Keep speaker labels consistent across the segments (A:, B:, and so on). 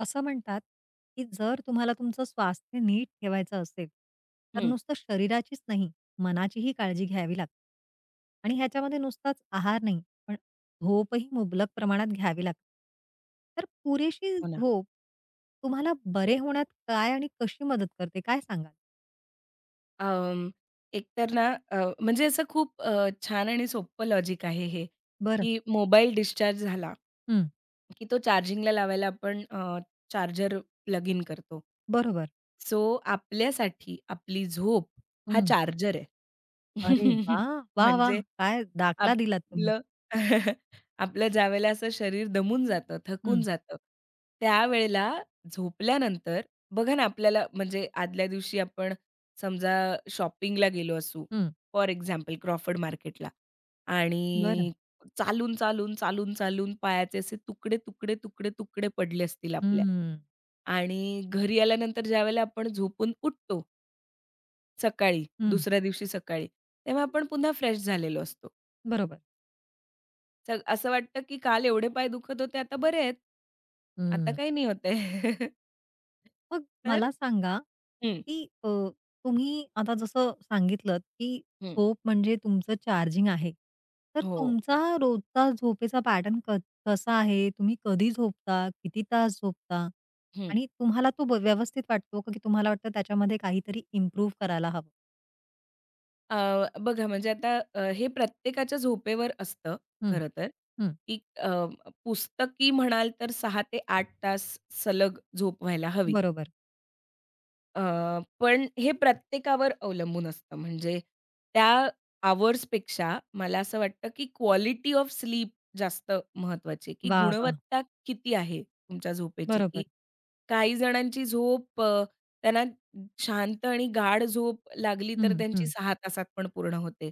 A: असं म्हणतात, की जर तुम्हाला तुमचं स्वास्थ्य नीट ठेवायचं असेल, तर
B: हं.
A: नुसतं शरीराचीच नाही, मनाचीही काळजी घ्यावी लागते. आणि ह्याच्यामध्ये नुसताच आहार नाही, पण झोपही मुबलक प्रमाणात घ्यावी लागते. तर पुरेशी
B: हो ना.
A: झोप तुम्हाला बरे होण्यात काय आणि कशी मदत करते, काय सांगाल?
B: अं, एकतर ना म्हणजे असं खूप छान आणि सोपं लॉजिक आहे हे,
A: बरं.
B: की मोबाईल डिस्चार्ज झाला,
A: हं.
B: की तो चार्जिंगला लावायला आपण चार्जर प्लग इन करतो.
A: बरोबर.
B: सो आपल्यासाठी आपली झोप हा
A: हं.
B: चार्जर आहे.
A: अरे वाह! वाह,
B: म्हणजे
A: वाह! काय दाखला दिलात तुम्ही.
B: आपलं आपलं ज्यावेळेला असं शरीर दमून जातं, थकून
A: हं.
B: जातं, त्यावेळेला झोपल्यानंतर बघा ना, आपल्याला म्हणजे आदल्या दिवशी आपण समजा शॉपिंगला गेलो असू,
A: हं.
B: फॉर एक्झाम्पल क्रॉफर्ड मार्केटला
A: बरं.
B: आणि चालून, चालून, चालून, चालून पायाचे असे तुकडे, तुकडे, तुकडे, तुकडे पडले असतील आपल्या
A: हं.
B: आणि घरी आल्यानंतर ज्यावेळेला आपण झोपून उठतो सकाळी,
A: हं.
B: दुसऱ्या दिवशी सकाळी, तेव्हा आपण पुन्हा फ्रेश झालेलो असतो.
A: बरोबर.
B: असं वाटतं, की काल एवढे पाय दुखत होते, आता बरे आहेत. आता
A: हं.
B: काही नाही होत आहे.
A: मग
B: तर
A: मला सांगा,
B: हं,
A: की तुम्ही आता जसं सांगितलत, की
B: हं.
A: झोप म्हणजे तुमचं चार्जिंग आहे. तर
B: हो.
A: तुमचा रोजचा झोपेचा पॅटर्न कसा आहे? तुम्ही कधी झोपता? किती तास झोपता?
B: हं.
A: आणि तुम्हाला तो व्यवस्थित वाटतो का की तुम्हाला वाटतं त्याच्यामध्ये काहीतरी इम्प्रूव्ह करायला हवं?
B: अ, बघा म्हणजे आता हे प्रत्येकाच्या झोपेवर असतं
A: हं,
B: खरं तर,
A: हं.
B: की पुस्तकी म्हणाल तर 6 ते 8 तास सलग झोप व्हायला हवी.
A: बरोबर.
B: अ, पण हे प्रत्येकावर अवलंबून असतं. म्हणजे त्या अवर्सपेक्षा मला असं वाटतं, की क्वालिटी ऑफ स्लीप जास्त महत्त्वाची आहे, की
A: वाह! वाह!
B: गुणवत्ता किती आहे तुमच्या झोपेची, की
A: बरोबर.
B: काही जणांची झोप त्यांना शांत आणि गाढ झोप लागली तर
A: हं,
B: त्यांची
A: हं.
B: 6 तासात पण पूर्ण होते.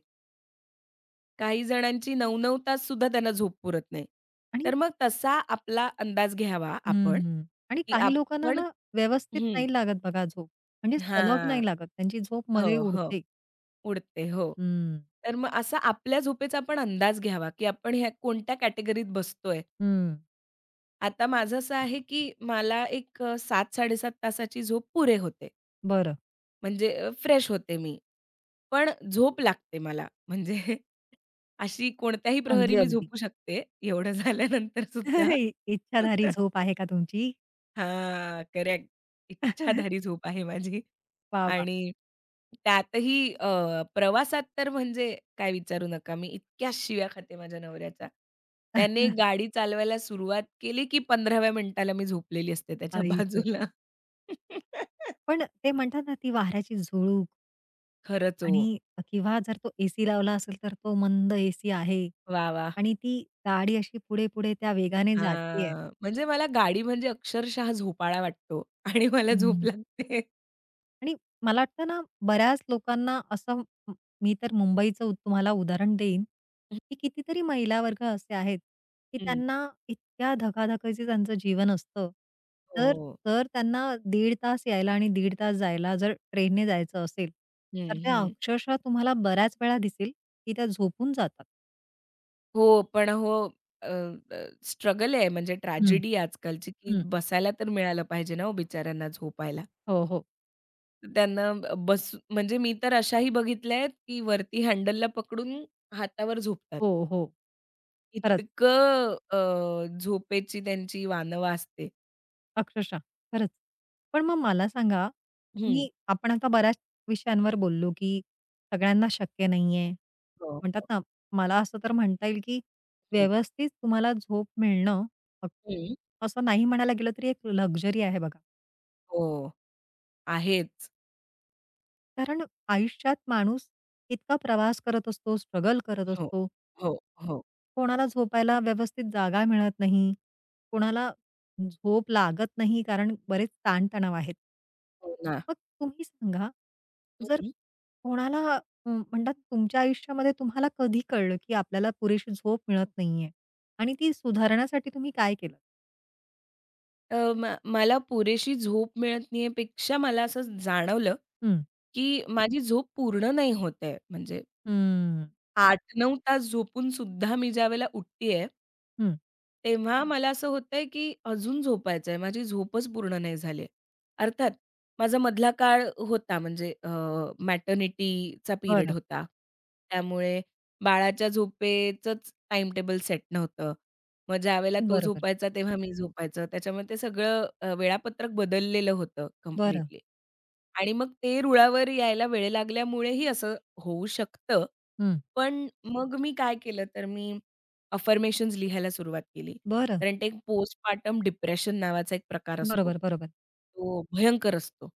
B: काही जणांची 9-9 तास सुद्धा त्यांना झोप पुरत नाही.
A: आणि
B: तर मग तसा आपला अंदाज घ्यावा आपण,
A: हं. आणि
B: की
A: काही लोकांना
B: आपण
A: ना व्यवस्थित
B: हं.
A: नाही लागत बघा झोप. म्हणजे सलग
B: हां.
A: नाही लागत. त्यांची झोप मध्ये
B: हो, हो.
A: उडते.
B: उडते, हो.
A: हं,
B: तर मग असा आपल्या झोपेचा आपण अंदाज घ्यावा, की आपण ह्या कोणत्या कॅटेगरीत बसतोय.
A: हं.
B: आता माझं असं आहे, की मला एक 7-7.5 तासाची झोप पुरे होते.
A: बरं.
B: म्हणजे फ्रेश होते मी. पण झोप लागते मला. म्हणजे अशी कोणत्याही प्रहरी
A: अगदी,
B: मी
A: अगदी.
B: झोपू शकते, एवढं झाल्यानंतर सुद्धा.
A: इच्छाधारी झोप आहे का तुमची?
B: हां, करेक्ट. इच्छाधारी झोप आहे माझी
A: वाह, वाह!
B: आणि त्यातही प्रवासात तर म्हणजे काय विचारू नका. मी इतक्या शिव्या खाते माझ्या नवऱ्याच्या. त्याने गाडी चालवायला सुरुवात केली, की 15व्या मिनिटाला मी झोपलेली असते त्याच्या
A: आई गं!
B: बाजूला.
A: पण ते म्हणतात ना, ती वाऱ्याची झुळूक
B: खरंच हो.
A: आणि किंवा जर तो एसी लावला असेल, तर तो मंद एसी आहे
B: वाह! वाह!
A: आणि ती गाडी अशी पुढे-पुढे त्या वेगाने जातीये.
B: हां, म्हणजे मला गाडी म्हणजे अक्षरशः झोपाळा वाटतो आणि मला झोप
A: हं.
B: लागते.
A: आणि मला वाटतं ना, बऱ्याच लोकांना असं म मी तर मुंबईचं तुम्हाला उदाहरण देईन, की कितीतरी महिला वर्ग असे आहेत, की
B: हं.
A: त्यांना इतक्या धकाधकीचं त्यांचं जीवन असतं. तर
B: हो.
A: तर त्यांना दीड तास यायला आणि 1.5 तास जायला जर ट्रेनने जायचं असेल,
B: हं,
A: तर त्या
B: हं.
A: अक्षरशः तुम्हाला बऱ्याच वेळा दिसेल, की त्या झोपून जातात.
B: हो, पण हो अ, अ, स्ट्रगल आहे म्हणजे
A: हं,
B: ट्रॅजेडी आजकालची, की
A: हं.
B: बसायला तर मिळालं पाहिजे ना हो बिचाऱ्यांना झोपायला.
A: हो, हो.
B: तर त्यांना बस म्हणजे मी तर अशाही बघितल्या आहेत, की वरती हँडलला पकडून हातावर झोपतात.
A: हो, हो. खरंच.
B: इतकं झोपेची त्यांची वानवा वाजते.
A: अक्षरशः, खरंच. पण मग मला सांगा,
B: हं.
A: तुम्ही आपण आता बऱ्याच विषयांवर बोललो, की सगळ्यांना शक्य नाहीये.
B: हो,
A: म्हणतात
B: हो.
A: ना, मला असं तर म्हणता येईल, की
B: हं,
A: व्यवस्थित तुम्हाला झोप मिळणं, अ,
B: हं.
A: असं नाही म्हणायला गेलं तरी एक लक्झरी आहे बघा.
B: हो, आहेच.
A: कारण आयुष्यात माणूस इतका प्रवास करत असतो, स्ट्रगल करत
B: हो,
A: असतो.
B: हो, हो,
A: कोणाला झोपायला व्यवस्थित जागा मिळत नाही, कोणाला झोप लागत नाही कारण बरेच ताणतणाव आहेत.
B: हो ना.
A: मग तुम्ही सांगा, जर
B: हं.
A: कोणाला म्हणतात तुमच्या आयुष्यामध्ये तुम्हाला कधी कळलं, की आपल्याला पुरेशी झोप मिळत नाहीये आणि ती सुधारण्यासाठी तुम्ही काय केलं?
B: अ, म मला पुरेशी झोप मिळत नाहीये पेक्षा मला असं जाणवलं,
A: हं,
B: की माझी झोप पूर्ण नाही होत म्हणजे
A: हं,
B: 8-9 तास झोपून सुद्धा मी ज्यावेळेला उठतीये
A: हं.
B: तेव्हा मला असं होतंय, की अजून झोपायचं आहे. माझी झोपच पूर्ण नाही झाली आहे. अर्थात माझा मधला काळ होता म्हणजे मॅटर्निटीचा पिरियड
A: बरं.
B: होता. त्यामुळे बाळाच्या झोपेचंच टाइम टेबल सेट नव्हतं. मग ज्यावेळेला तो
A: बरोबर.
B: झोपायचा तेव्हा मी झोपायचं. त्याच्यामुळे ते सगळं वेळापत्रक बदललेलं होतं
A: बरं.
B: कंप्लीटली. आणि मग ते रुळावर यायला वेळ लागल्यामुळेही असं होऊ शकतं.
A: हं.
B: पण मग मी काय केलं तर मी अफर्मेशन्स लिहायला सुरुवात केली.
A: बरं.
B: कारण ते एक पोस्टपार्टम डिप्रेशन नावाचा एक प्रकार असतो.
A: बरोबर, बरोबर.
B: तो भयंकर असतो.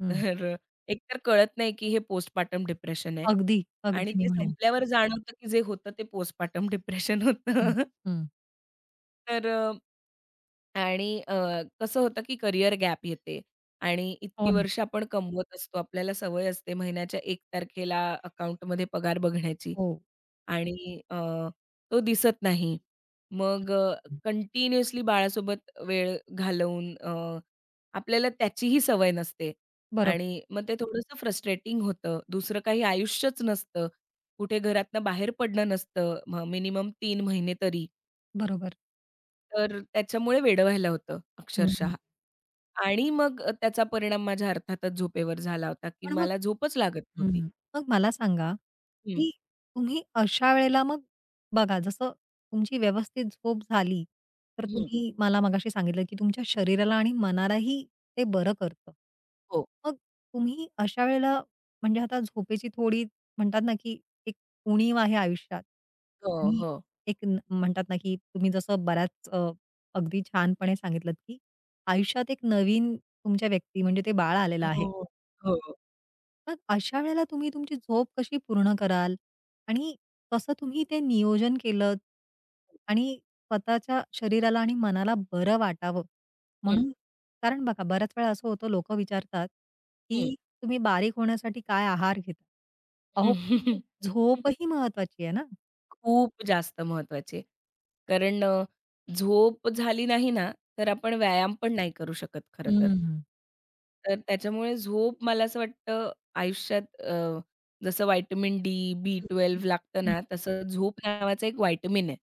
A: हं.
B: तर एकतर कळत नाही की हे पोस्टपार्टम डिप्रेशन आहे.
A: अगदी,
B: आणि
A: अगदी मी
B: ते
A: म्हणेन.
B: संपल्यावर जाणवतं की जे होतं ते पोस्टपार्टम डिप्रेशन होतं.
A: हं, हं.
B: तर आणि कसं होतं की करिअर गॅप येते आणि इतकी
A: हो ना.
B: वर्ष आपण कमवत असतो. आपल्याला सवय असते महिन्याच्या 1 तारखेला अकाउंटमध्ये पगार बघण्याची
A: हो.
B: आणि तो दिसत नाही. मग कंटिन्युअसली बाळासोबत वेळ घालवून आपल्याला त्याचीही सवय नसते
A: बरोबर,
B: आणि मग ते थोडंसं फ्रस्ट्रेटिंग होतं. दुसरं काही आयुष्यच नसतं. कुठे घरातनं बाहेर पडणं नसतं. मिनिमम 3 महिने तरी.
A: बरोबर.
B: तर त्याच्यामुळे वेडं व्हायला होतं
A: हं.
B: अक्षरशः. आणि मग त्याचा परिणाम माझ्या अर्थातच झोपेवर झाला होता, की
A: पण मग
B: मला झोपच लागत नव्हती.
A: हं. मग मला सांगा,
B: हं,
A: की तुम्ही अशा वेळेला मग बघा जसं तुमची व्यवस्थित झोप झाली, तर
B: हं.
A: तुम्ही मला मगाशी सांगितलं, की तुमच्या शरीराला आणि मनालाही ते बरं करतं.
B: हो.
A: मग तुम्ही अशा वेळेला म्हणजे आता झोपेची थोडी म्हणतात ना, की एक उणीव आहे आयुष्यात
B: हो,
A: आणि
B: हो.
A: एक म्हणतात ना, की तुम्ही जसं बऱ्याच अगदी छानपणे सांगितलत, की आयुष्यात एक नवीन तुमच्या व्यक्ती म्हणजे ते बाळ आलेलं आहे.
B: हो, हो.
A: मग अशा वेळेला तुम्ही तुमची झोप कशी पूर्ण कराल? आणि कसं तुम्ही ते नियोजन केलंत? आणि स्वतःच्या शरीराला आणि मनाला बरं वाटावं
B: हं,
A: म्हणून कारण बघा बऱ्याच वेळा असं होतं लोकं विचारतात,
B: हं.
A: की तुम्ही बारीक होण्यासाठी काय आहार घेता? अहो पण ती झोपही महत्वाची आहे ना?
B: खूप जास्त महत्वाची आहे. कारण झोप झाली नाही ना, तर आपण व्यायाम पण नाही करू शकत खरं तर.
A: हं.
B: तर त्याच्यामुळे झोप मला असं वाटतं आयुष्यात जसं व्हिटॅमिन डी,
A: हं,
B: बी B12
A: हं.
B: लागतं ना, तसं झोप नावाचं एक व्हिटॅमिन आहे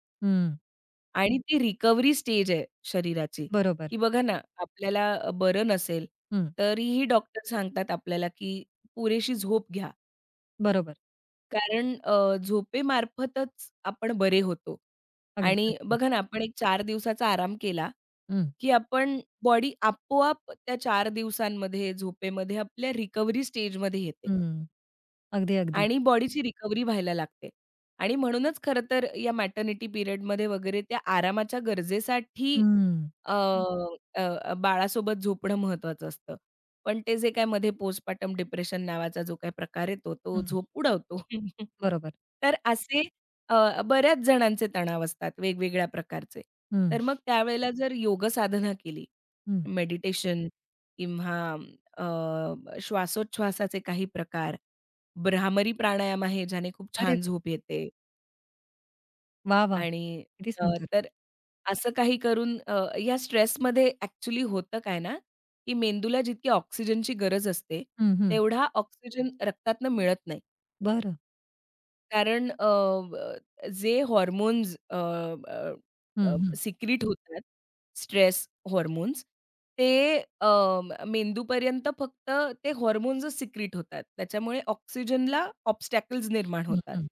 B: आणि ती रिकव्हरी स्टेज आहे शरीराची.
A: बरोबर.
B: की बघा ना, आपल्याला बरं नसेल,
A: हं.
B: तरीही डॉक्टर सांगतात आपल्याला, की पुरेशी झोप घ्या.
A: बरोबर.
B: कारण झोपेमार्फतच आपण बरे होतो.
A: अगदी,
B: आणि
A: अगदी.
B: बघा ना, आपण एक चार दिवसाचा आराम केला,
A: हं.
B: की आपण बॉडी आपोआप त्या 4 दिवसांमध्ये, झोपेमध्ये आपल्या रिकव्हरी स्टेजमध्ये येते
A: हं. अगदी, अगदी.
B: आणि बॉडीची रिकव्हरी व्हायला लागते. आणि म्हणूनच खरं तर या मॅटर्निटी पिरियडमध्ये वगैरे त्या आरामाच्या गरजेसाठी
A: हं.
B: अ, अ, अ, बाळासोबत झोपणं महत्वाचं असतं. पण ते जे काय मध्ये पोस्टपार्टम डिप्रेशन नावाचा जो काही प्रकार येतो, तो
A: हं.
B: झोप उडवतो.
A: बरोबर.
B: तर असे बऱ्याच जणांचे तणाव असतात वेगवेगळ्या प्रकारचे. तर
A: हं.
B: मग त्यावेळेला जर योग साधना केली,
A: हं.
B: मेडिटेशन किंवा अ, श्वासोच्छवासाचे काही प्रकार, भ्रामरी प्राणायाम आहे ज्याने खूप
A: अरे
B: छान झोप येते.
A: वाह, वाह!
B: आणि
A: किती
B: अ,
A: सुंदर.
B: तर असं काही करून या स्ट्रेसमध्ये ॲक्चुअली होतं काय ना, की मेंदूला जितकी ऑक्सिजनची गरज असते,
A: हं, हं.
B: तेवढा ऑक्सिजन रक्तातनं मिळत नाही.
A: बरं.
B: कारण अ, ब जे हॉर्मोन्स अ,
A: हं,
B: अ,
A: हं.
B: सिक्रीट होतात, स्ट्रेस हॉर्मोन्स, ते अ, मेंदूपर्यंत फक्त ते हॉर्मोन्सच सिक्रीट होतात. त्याच्यामुळे ऑक्सिजनला ऑब्स्टॅकल्स निर्माण
A: हं,
B: होतात
A: हं.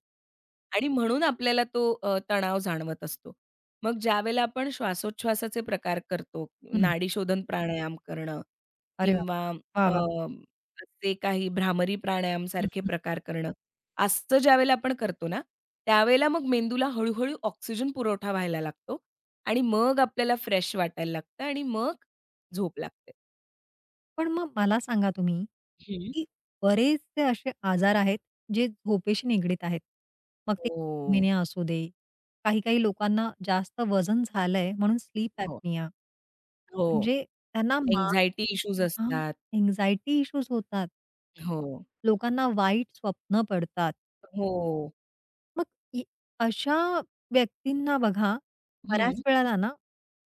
B: आणि म्हणून आपल्याला तो तणाव जाणवत असतो. मग ज्यावेळेला आपण श्वासोच्छवासाचे प्रकार करतो,
A: हं.
B: नाडीशोधन प्राणायाम करणं
A: अरे वाह!
B: किंवा
A: वाह,
B: अ,
A: वाह!
B: असे काही भ्रामरी
A: हं,
B: प्राणायामसारखे
A: हं.
B: प्रकार करणं. असं ज्यावेळेला आपण करतो ना, त्यावेळेला मग मेंदूला हळू-हळू ऑक्सिजन पुरवठा व्हायला लागतो आणि मग आपल्याला फ्रेश वाटायला लागतं आणि मग झोप लागते.
A: पण मग मला सांगा तुम्ही,
B: हं.
A: की बरेचसे असे आजार आहेत, जे झोपेशी निगडीत आहेत. मग ते
B: हो.
A: मधुमेह असू दे, काही-काही लोकांना जास्त वजन झालंय म्हणून स्लीप
B: हो.
A: ॲपनिया.
B: हो.
A: म्हणजे त्यांना
B: अँक्झायटी इश्यूज
A: हां,
B: असतात.
A: अँक्झायटी इश्यूज होतात.
B: हो.
A: लोकांना वाईट स्वप्न पडतात.
B: हो.
A: मग इ अशा व्यक्तींना बघा,
B: हं.
A: बऱ्याच वेळेला ना,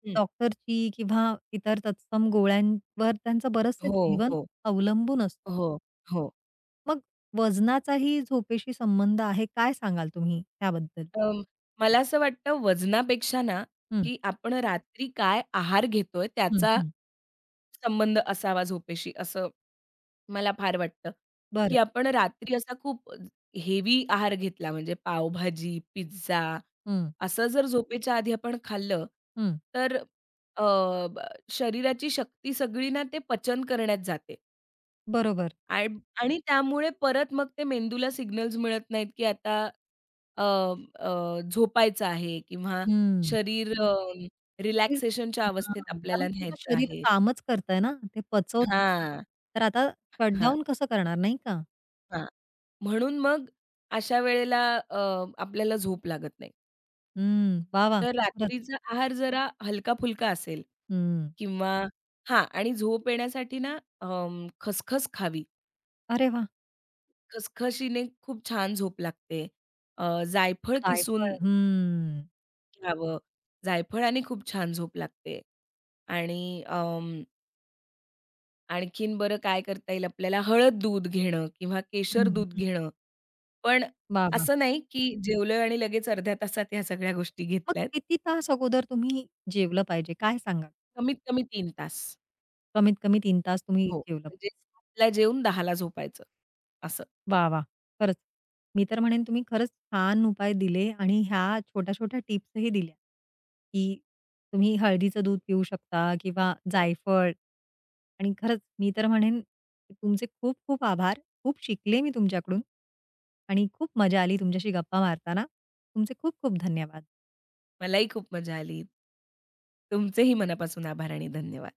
B: हं.
A: डॉक्टरची किंवा इतर तत्सम गोळ्यांवर त्यांचं बरंचसं
B: हो,
A: जीवन
B: हो.
A: अवलंबून असतं.
B: हो, हो.
A: मग वजनाचाही झोपेशी संबंध आहे. काय सांगाल तुम्ही त्याबद्दल?
B: अं, मला असं वाटतं वजनापेक्षा ना,
A: हं,
B: की आपण रात्री काय आहार घेतोय
A: हं,
B: त्याचा
A: हं.
B: संबंध असावा झोपेशी असं मला फार वाटतं, की
A: बरं.
B: आपण रात्री असा खूप हेवी आहार घेतला म्हणजे पावभाजी, पिझ्झा
A: हं,
B: असं जर झोपेच्या आधी आपण खाल्लं,
A: हं.
B: तर अ, ब शरीराची शक्ती सगळी ना ते पचन करण्यात जाते
A: बरोबर.
B: आणि आणि त्यामुळे परत मग ते मेंदूला सिग्नल्स मिळत नाहीत, की आता अ, अ, झोपायचं आहे किंवा
A: हं.
B: शरीर
A: शरीर
B: रिलॅक्सेशनच्या अवस्थेत
A: हां. कारण
B: आपल्याला
A: तुमचं
B: न्यायचं
A: शरीर
B: आहे.
A: कामच करतंय ना, ते पचवतंय.
B: हां,
A: तर आता
B: हां,
A: शटडाउन कसं करणार, नाही का?
B: हां. म्हणून मग अशा वेळेला अ, आपल्याला झोप लागत नाही.
A: हं. वाह! वाह!
B: तर
A: खरंच.
B: रात्रीचा आहार जरा हलका-फुलका असेल
A: हं.
B: किंवा हां आणि झोप येण्यासाठी ना खसखस खावी.
A: अरे वाह!
B: खसखशीने खूप छान झोप लागते. जायफळ
A: जायफळ.
B: किसून
A: हं.
B: घ्यावं. जायफळाने खूप छान झोप लागते. आणि आणखीन बरं काय करता येईल आपल्याला हळद दूध घेणं किंवा केशर दूध
A: हं.
B: घेणं. पण
A: वाह, वाह!
B: असं नाही की जेवलोय आणि लगेच अर्ध्या तासात ह्या सगळ्या गोष्टी
A: मग
B: घेतल्यात.
A: किती तास अगोदर तुम्ही जेवलं पाहिजे? काय सांगाल?
B: कमीत कमी तीन तास.
A: कमीत कमी 3 तास तुम्ही
B: हो,
A: जेवलं पाहिजे.
B: म्हणजे 7:00ला जेवून 10:00ला झोपायचं असं.
A: वाह, वाह! खरंच. मी तर म्हणेन तुम्ही खरंच छान उपाय दिले आणि ह्या छोट्या-छोट्या टिप्सही दिल्या, की तुम्ही हळदीचं दूध पिऊ शकता किंवा
B: हो.
A: जायफळ आणि खरंच मी तर म्हणेन की तुमचे खूप खूप आभार. खूप शिकले मी तुमच्याकडून आणि खूप मजा आली तुमच्याशी गप्पा मारताना. तुमचे खूप खूप धन्यवाद.
B: मलाही खूप मजा आली. तुमचेही मनापासून आभार आणि धन्यवाद.